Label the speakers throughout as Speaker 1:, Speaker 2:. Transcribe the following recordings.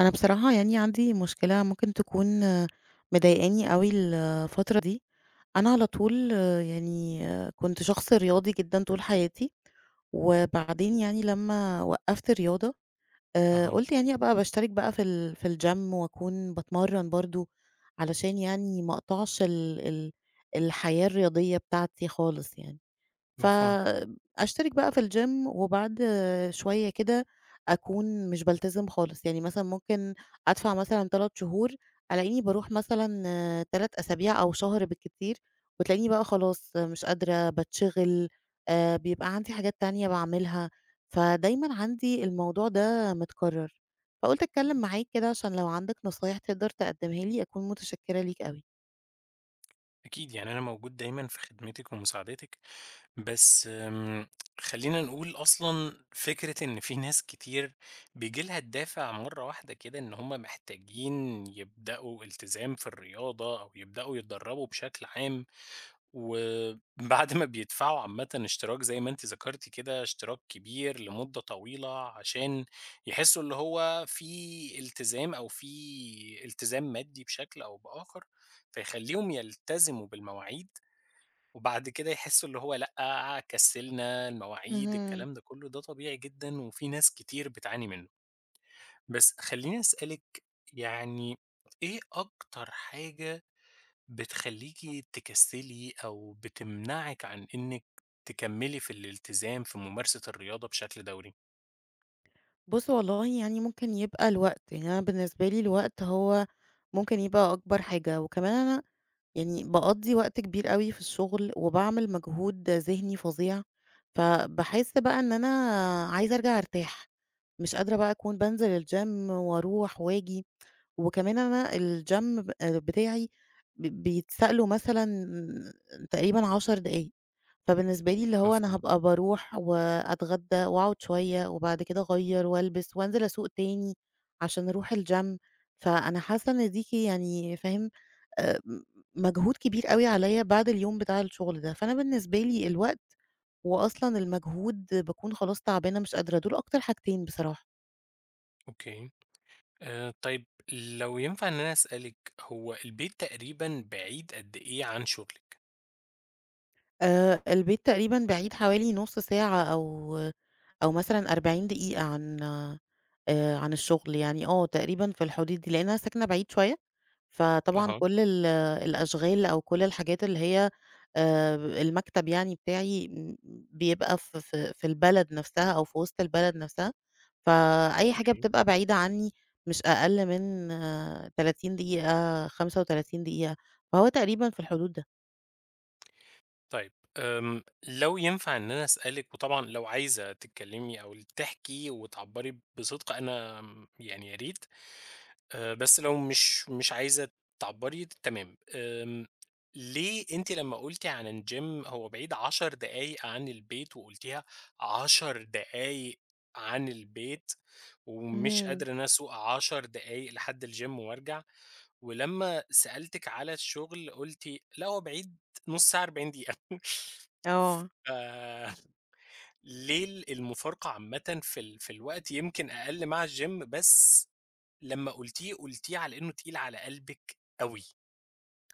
Speaker 1: أنا بصراحة يعني عندي مشكلة ممكن تكون مضايقاني أوي الفترة دي، أنا على طول كنت شخص رياضي جدًا طول حياتي، وبعدين يعني لمّا وقّفت الرياضة
Speaker 2: أها،
Speaker 1: قُلت يعني أبقى باشترك بقى في ال في الgym وأكون باتمرّن برضه علشان يعني ما أقطعش ال ال الحياة الرياضية بتاعتي خالص يعني.
Speaker 2: مفهوم.
Speaker 1: فأشترك بقى في الgym وبعد شوية كده أكون مش بالتزم خالص، يعني مثلًا ممكن أدفع مثلًا 3 شهور، ألاقيني باروح مثلًا 3 أسابيع أو شهر بالكتير، وتلاقيني بقى خلاص مش قادرة، باتشغل، بيبقى عندي حاجات تانية باعملها، فدايمًا عندي الموضوع ده متكرر، فقُلت أتكلم معاك كده عشان لو عندك نصايح تقدر تقدمها لي أكون متشكرة ليك أوي.
Speaker 2: أكيد، يعني أنا موجود دايمًا في خدمتِك ومساعدتِك، بس خلّينا نقول أصلًا فكرة إن في ناس كتير بييجي لها الدافع مرّة واحدة كده إن هم محتاجين يبدأوا التزام في الرياضة أو يبدأوا يتدرّبوا بشكل عام. وبعد ما بيدفعوا عامةً اشتراك زي ما أنتِ ذكرتِ كده، اشتراك كبير لمدة طويلة عشان يحسّوا اللي هو في التزام أو في التزام مادي بشكل أو بآخر، فيخلّيهم يلتزموا بالمواعيد، وبعد كده يحسّوا اللي هو لأ، كسّلنا، المواعيد،
Speaker 1: اهم.
Speaker 2: الكلام ده كلّه، ده طبيعي جدًا وفي ناس كتير بتعاني منّه. بس خلّيني أسألِك يعني إيه أكتر حاجة بتخلّيكِ تكسّلي أو بتمنعِك عن إنِّك تكمّلي في الالتزام في ممارسة الرياضة بشكل دوري؟
Speaker 1: بُص والله يعني ممكن يبقى الوقت، يعني أنا بالنسبة لي الوقت هو ممكن يبقى أكبر حاجة، وكمان أنا يعني باقضّي وقت كبير أوي في الشغل، وباعمل مجهود ذهني فظيع، فباحس بقى إن أنا عايزة أرجع أرتاح، مش قادرة بقى أكون بانزل الgym وأروح وآجي، وكمان أنا الgym بتاعي بيتسأله مثلًا تقريبًا 10 دقايق، فبالنسبة لي اللي هو أنا
Speaker 2: مفهوم،
Speaker 1: هابقى باروح وأتغدى وأقعد شوية، وبعد كده أغيّر وألبس وأنزل أسوق تاني عشان أروح الgym، فأنا حاسة إن دي يعني فاهم؟ آآ مجهود كبير أوي عليّا بعد اليوم بتاع الشغل ده، فأنا بالنسبة لي الوقت وأصلًا المجهود باكون خلاص تعبانة مش قادرة، دول أكتر حاجتين بصراحة.
Speaker 2: أوكي. طيب لو ينفع إن أنا أسألِك هو البيت تقريبًا بعيد قد إيه عن شغلِك؟
Speaker 1: البيت تقريبًا بعيد حوالي نُص ساعة أو مثلًا 40 دقيقة عن عن الشغل، يعني تقريبًا في الحدود دي، لإن أنا ساكنة بعيد شوية، فطبعًا
Speaker 2: أها،
Speaker 1: كل الأشغال أو كل الحاجات اللي هي المكتب يعني بتاعي بيبقى في البلد نفسها أو في وسط البلد نفسها، فأي حاجة
Speaker 2: أوكي.
Speaker 1: بتبقى بعيدة عني مش أقل من 30 دقيقة، 35 دقيقة، فهو تقريبًا في الحدود ده.
Speaker 2: طيب لو ينفع إن أنا أسألِك، وطبعًا لو عايزة تتكلّمي أو تحكي وتعبّري بصدق أنا يعني يا ريت، بس لو مش عايزة تعبّري تمام، ليه أنتِ لمّا قُلتِ عن الgym هو بعيد 10 دقايق عن البيت وقُلتيها 10 دقايق عن البيت، ومش
Speaker 1: اهم،
Speaker 2: قادرة إن أنا أسوق 10 دقايق لحد الgym وأرجع، ولمّا سألتِك على الشغل قُلتِ لأ هو بعيد نُص ساعة، 40 دقيقة
Speaker 1: آه.
Speaker 2: ف ليه المفارقة عامةً في الوقت يمكن أقل مع الgym، بس لمّا قُلتيه، قُلتيه على إنه تقيل على قلبِك أوي؟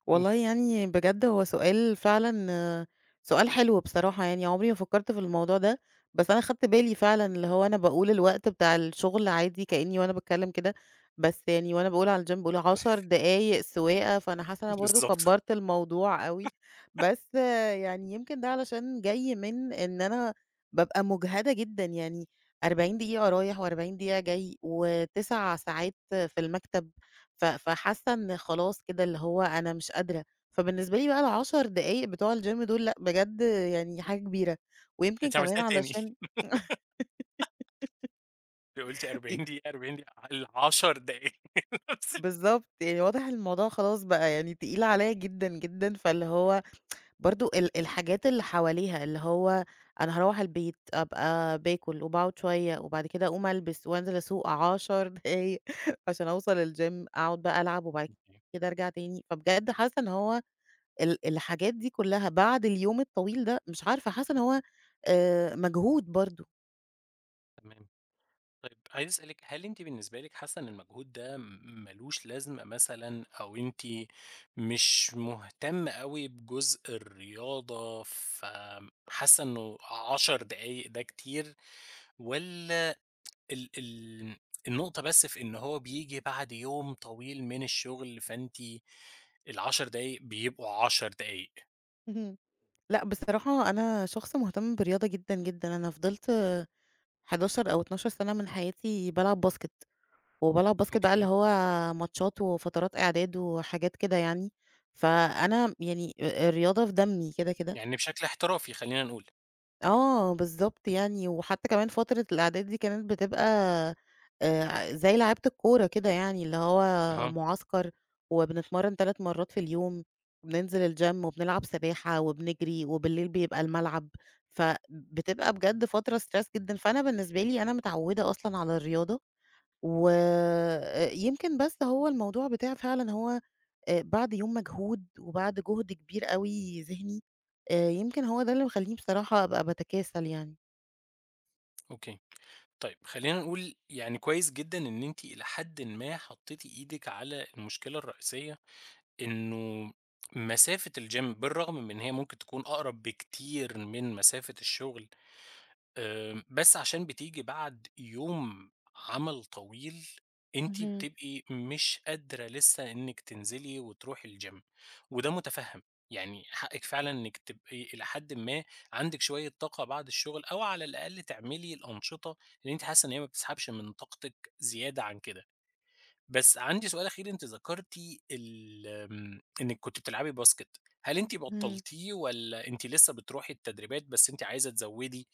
Speaker 1: والله يعني بجد هو سؤال فعلًا سؤال حلو بصراحة يعني، عمري ما فكّرت في الموضوع ده، بس أنا خدت بالي فعلًا اللي هو أنا باقول الوقت بتاع الشغل عادي كإني وأنا باتكلّم كده، بس يعني وأنا باقول على الgym باقول 10 دقايق سواقة، فأنا حاسّة إن أنا برضه
Speaker 2: بالضبط.
Speaker 1: كبّرت الموضوع أوي، بس يعني يمكن ده علشان جاي من إن أنا بابقى مُجهدة جدًا، يعني 40 دقيقة رايح و40 دقيقة جاي و9 ساعات في المكتب. فحاسة إن خلاص كده اللي هو أنا مش قادرة، فبالنسبة لي بقى ال10 دقايق بتوع الgym دول لأ بجد يعني حاجة كبيرة، ويمكن
Speaker 2: أنتِ
Speaker 1: كمان
Speaker 2: عملتيها تاني،
Speaker 1: علشان
Speaker 2: أنتِ قُلتِ 40
Speaker 1: ي
Speaker 2: دقيقة، 40 دقيقة ال 10 دقايق نفس
Speaker 1: بالضبط، يعني واضح الموضوع خلاص بقى يعني تقيل عليَّ جدًا، جدًا، فاللي هو برضه الحاجات اللي حواليها اللي هو أنا هاروّح البيت أبقى باكل وباقعد شوية وبعد كده أقوم ألبس وأنزل أسوق 10 دقايق عشان أوصل الgym أقعد بقى ألعب وبعد
Speaker 2: الكلام.
Speaker 1: كده أرجع تاني، فبجد حاسة إن هو الحاجات دي كلها بعد اليوم الطويل ده، مش عارفة حاسة إن هو مجهود برضه.
Speaker 2: تمام. طيب عايز أسألِك، هل أنتِ بالنسبة لِك حاسة إن المجهود ده مالوش لازمة مثلًا، أو أنتِ مش مهتمة أوي بجزء الرياضة، فحاسة إنه 10 دقايق ده كتير، والّا ال ال النقطة بس في إن هو بييجي بعد يوم طويل من الشغل، فأنتِ ال10 دقايق بيبقوا 10 دقايق؟
Speaker 1: اهم. لأ بصراحة أنا شخص مهتم بالرياضة جدًا، جدًا. أنا فضلت 11 أو 12 سَنة من حياتي بالعب باسكت، وبالعب باسكت بقى اللي
Speaker 2: أوكي.
Speaker 1: هو ماتشات وفترات إعداد وحاجات كده يعني، فأنا يعني الرياضة في دمي كده، كده.
Speaker 2: يعني بشكل احترافي خلّينا نقول.
Speaker 1: آه، بالضبط يعني، وحتى كمان فترة الإعداد دي كانت بتبقى زي لعيبة الكورة كده يعني، اللي هو
Speaker 2: أها.
Speaker 1: معسكر وبنتمرّن 3 مرّات في اليوم، وبننزل الgym وبنلعب سباحة وبنجري، وبالليل بيبقى الملعب، فبتبقى بجد فترة stress جدًا، فأنا بالنسبة لي أنا متعوّدة أصلًا على الرياضة، ويمكن بس هو الموضوع بتاع فعلًا هو بعد يوم مجهود وبعد جهد كبير أوي ذهني، يمكن هو ده اللي مخلّيني بصراحة أبقى باتكاسل يعني.
Speaker 2: أوكي. طيب خلّينا نقول يعني كويس جدًا إن أنتِ إلى حدٍ ما حطّيتِ إيدِك على المشكلة الرئيسية، إنه مسافة الgym بالرغم من إن هي ممكن تكون أقرب بكتير من مسافة الشغل، بس عشان بتيجي بعد يوم عمل طويل، أنتِ
Speaker 1: اهم،
Speaker 2: بتبقي مش قادرة لسه إنِّك تنزلي وتروحي الgym، وده مُتفهِّم، يعني حقِّك فعلًا إنِّك تبقي إلى حدٍ ما عندِك شوية طاقة بعد الشغل أو على الأقل تعملي الأنشطة اللي أنتِ حاسة إن هي ما بتسحبش من طاقتِك زيادة عن كده. بس عندي سؤال أخير، أنتِ ذكرتِ ال آمم، إنِّك كنتِ بتلعبي باسكت، هل أنتِ
Speaker 1: اهم.
Speaker 2: بطّلتيه والّا أنتِ لسه بتروحي التدريبات بس أنتِ عايزة تزوّدي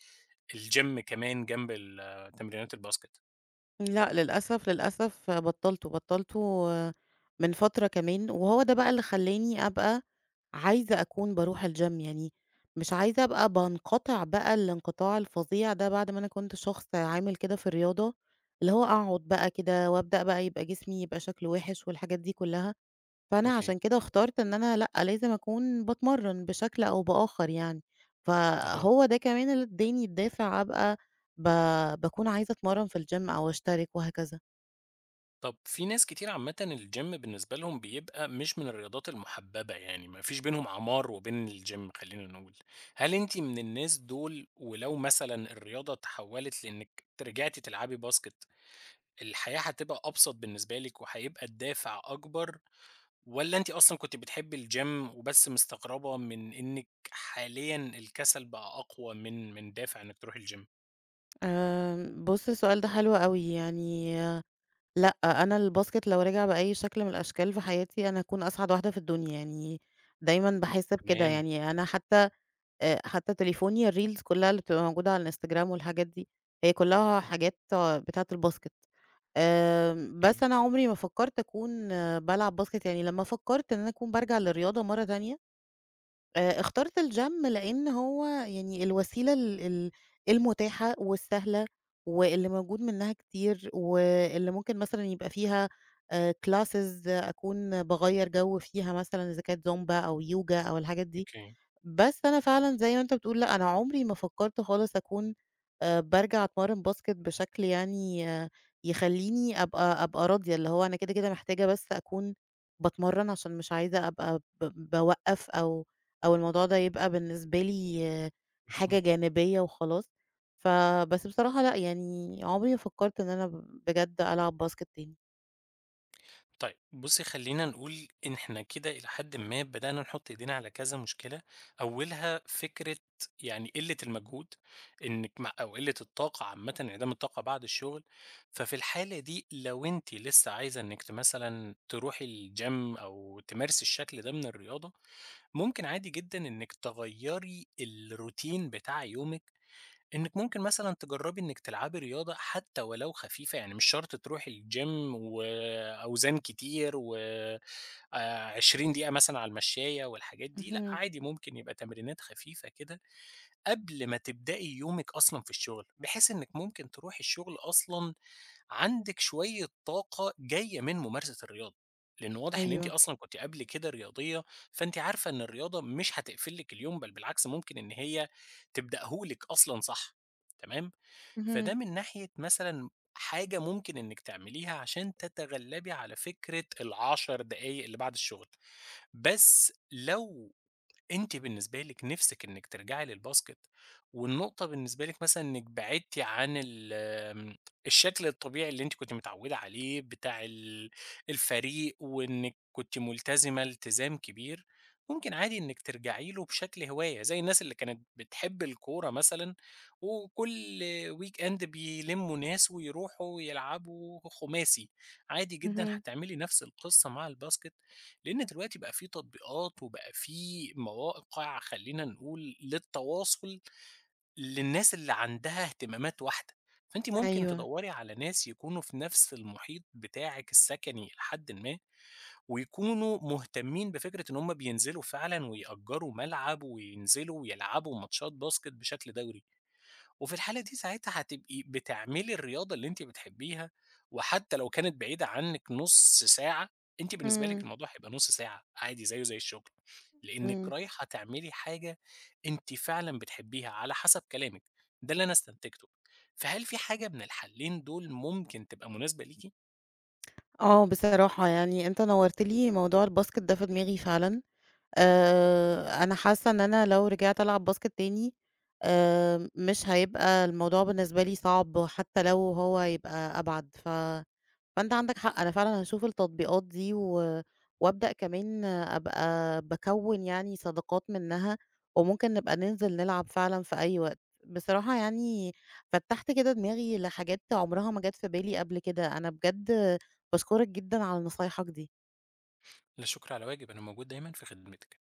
Speaker 2: الgym كمان جنب ال تمرينات الباسكت؟
Speaker 1: لأ، للأسف، للأسف بطّلته، بطّلته آه، من فترة كمان، وهو ده بقى اللي خلّاني أبقى عايزة أكون باروح الgym يعني مش عايزة أبقى بانقطع بقى الانقطاع الفظيع ده بعد ما أنا كنت شخص عامل كده في الرياضة، اللي هو أقعد بقى كده وأبدأ بقى يبقى جسمي يبقى شكله وِحِش والحاجات دي كلّها. فأنا
Speaker 2: أوكي،
Speaker 1: عشان كده اخترت إن أنا لأ، لازم أكون باتمرّن بشكل أو بآخر يعني،
Speaker 2: أها.
Speaker 1: فهو ده كمان اللي ادّاني الدافع أبقى ب باكون عايزة أتمرّن في الgym أو أشترك وهكذا.
Speaker 2: طَب في ناس كتير عامةً الgym بالنسبة لهم بيبقى مش من الرياضات المُحبّبة، يعني ما فيش بينهم عمار وبين الgym خلّينا نقول، هل أنتِ من الناس دول؟ ولو مثلًا الرياضة تحوّلت لإنِّك رجعتِ تلعبي باسكت، الحياة هتبقى أبسط بالنسبة لِك وهيبقى الدافع أكبر، والّا أنتِ أصلًا كنتِ بتحبي الgym وبس مستغربة من إنِّك حاليًا الكسل بقى أقوى من دافع إنِّك تروحي الgym؟
Speaker 1: بُص السؤال ده حلو أوي، يعني لأ، أنا الباسكت لو رجع بأي شكل من الأشكال في حياتي أنا هاكون أسعد واحدة في الدنيا، يعني دايمًا باحس بكده،
Speaker 2: تمام،
Speaker 1: يعني أنا حتى حتى تليفوني الreels كلّها اللي بتبقى موجودة على الإنستجرام والحاجات دي، هي كلّها حاجات بتاعة الباسكت.
Speaker 2: أوكي،
Speaker 1: بس أنا عمري ما فكّرت أكون بالعب باسكت، يعني لمّا فكّرت إن أنا أكون بارجع للرياضة مرّة تانية، اخترت الgym لإن هو يعني الوسيلة ال ال المتاحة والسهلة واللي موجود منّها كتير، واللي ممكن مثلًا يبقى فيها classes أكون باغيّر جو فيها مثلًا إذا كانت زومبا أو يوجا أو الحاجات دي.
Speaker 2: أوكي،
Speaker 1: بس أنا فعلًا زي ما أنت بتقول، لأ أنا عمري ما فكّرت خالص أكون بارجع أتمرّن باسكت بشكل يعني يخلّيني أبقى راضية، اللي هو أنا كده، كده محتاجة بس أكون باتمرّن عشان مش عايزة أبقى باوقّف أو الموضوع ده يبقى بالنسبة لي حاجة
Speaker 2: مفهوم.
Speaker 1: جانبية وخلاص. فبس بصراحة لأ، يعني عمري ما فكّرت إن أنا بجد ألعب باسكت تاني.
Speaker 2: طيب بُصّي خلّينا نقول إن إحنا كده إلى حدٍ ما بدأنا نحُط إيدينا على كذا مشكلة، أولها فكرة يعني قِلّة المجهود، إنِّك أو قِلّة الطاقة عامةً، انعدام الطاقة بعد الشغل، ففي الحالة دي لو أنتِ لسه عايزة إنِّك مثلًا تروحي الgym أو تمارسي الشكل ده من الرياضة، ممكن عادي جدًا إنِّك تغيّري الroutine بتاع يومِك، إنِّك ممكن مثلًا تجرّبي إنِّك تلعبي رياضة حتى ولو خفيفة، يعني مش شرط تروحي الgym وأوزان كتير و 20 دقيقة مثلًا على المشّاية والحاجات دي، لأ
Speaker 1: اهم.
Speaker 2: عادي ممكن يبقى تمرينات خفيفة كده قبل ما تبدأي يومِك أصلًا في الشغل، بحيث إنِّك ممكن تروحي الشغل أصلًا عندِك شوية طاقة جاية من ممارسة الرياضة، لإن واضح إن أنتِ
Speaker 1: أيوه.
Speaker 2: أصلًا كنتِ قبل كده رياضية، فأنتِ عارفة إن الرياضة مش هتقفل لِك اليوم، بل بالعكس ممكن إن هي تبدأه لِك أصلًا، صح؟ تمام؟
Speaker 1: اهم،
Speaker 2: فده من ناحية مثلًا حاجة ممكن إنِّك تعمليها عشان تتغلبي على فكرة ال10 دقايق اللي بعد الشغل، بس لو أنتِ بالنسبة لِك نِفْسِك إنِّك ترجعي للباسكت، والنقطة بالنسبة لِك مثلًا إنِّك بعدتِ عن ال آمم، الشكل الطبيعي اللي أنتِ كنتِ متعودة عليه بتاع الفريق، وإنِّك كنتِ ملتزمة التزام كبير، ممكن عادي إنِّك ترجعي له بشكل هواية، زي الناس اللي كانت بتحب الكورة مثلًا، وكل weekend بيلمّوا ناس ويروحوا يلعبوا خماسي، عادي جدًا
Speaker 1: اهم.
Speaker 2: هتعملي نَفْس القصة مع الباسكت. لأن دلوقتي بقى في تطبيقات وبقى في مواقع خلّينا نقول للتواصل، للناس اللي عندها اهتمامات واحدة، فأنتِ ممكن
Speaker 1: أيوه.
Speaker 2: تدوّري على ناس يكونوا في نفس المحيط بتاعِك السكني إلى حدٍ ما، ويكونوا مهتمين بفكرة إن هُم بينزلوا فعلًا ويأجروا ملعب وينزلوا ويلعبوا ماتشات باسكت بشكل دوري. وفي الحالة دي ساعتها هتبقي بتعملي الرياضة اللي أنتِ بتحبيها، وحتى لو كانت بعيدة عنِّك نُص ساعة، أنتِ بالنسبة لِك
Speaker 1: إمم،
Speaker 2: الموضوع هيبقى نُص ساعة عادي زيه زي الشغل، لإنِّك
Speaker 1: إمم.
Speaker 2: رايحة تعملي حاجة أنتِ فعلًا بتحبيها على حسب كلامِك، ده اللي أنا استنتجته. فهل في حاجة من الحلّين دول ممكن تبقى مناسبة ليكِ؟
Speaker 1: آه، بصراحة يعني أنت نوّرت لي موضوع الباسكت ده في دماغي فعلًا، أنا حاسة إن أنا لو رجعت ألعب باسكت تاني مش هيبقى الموضوع بالنسبة لي صعب حتى لو هو هيبقى أبعد فأنت عندك حق، أنا فعلًا هاشوف التطبيقات دي وأبدأ كمان أبقى باكوّن يعني صداقات منها، وممكن نبقى ننزل نلعب فعلًا في أي وقت. بصراحة يعني فتّحت كده دماغي لحاجات عمرها ما جات في بالي قبل كده، أنا بجد باشكرك جدًا على نصايحك دي.
Speaker 2: لا شكر على واجب، أنا موجود دايمًا في خدمتِك.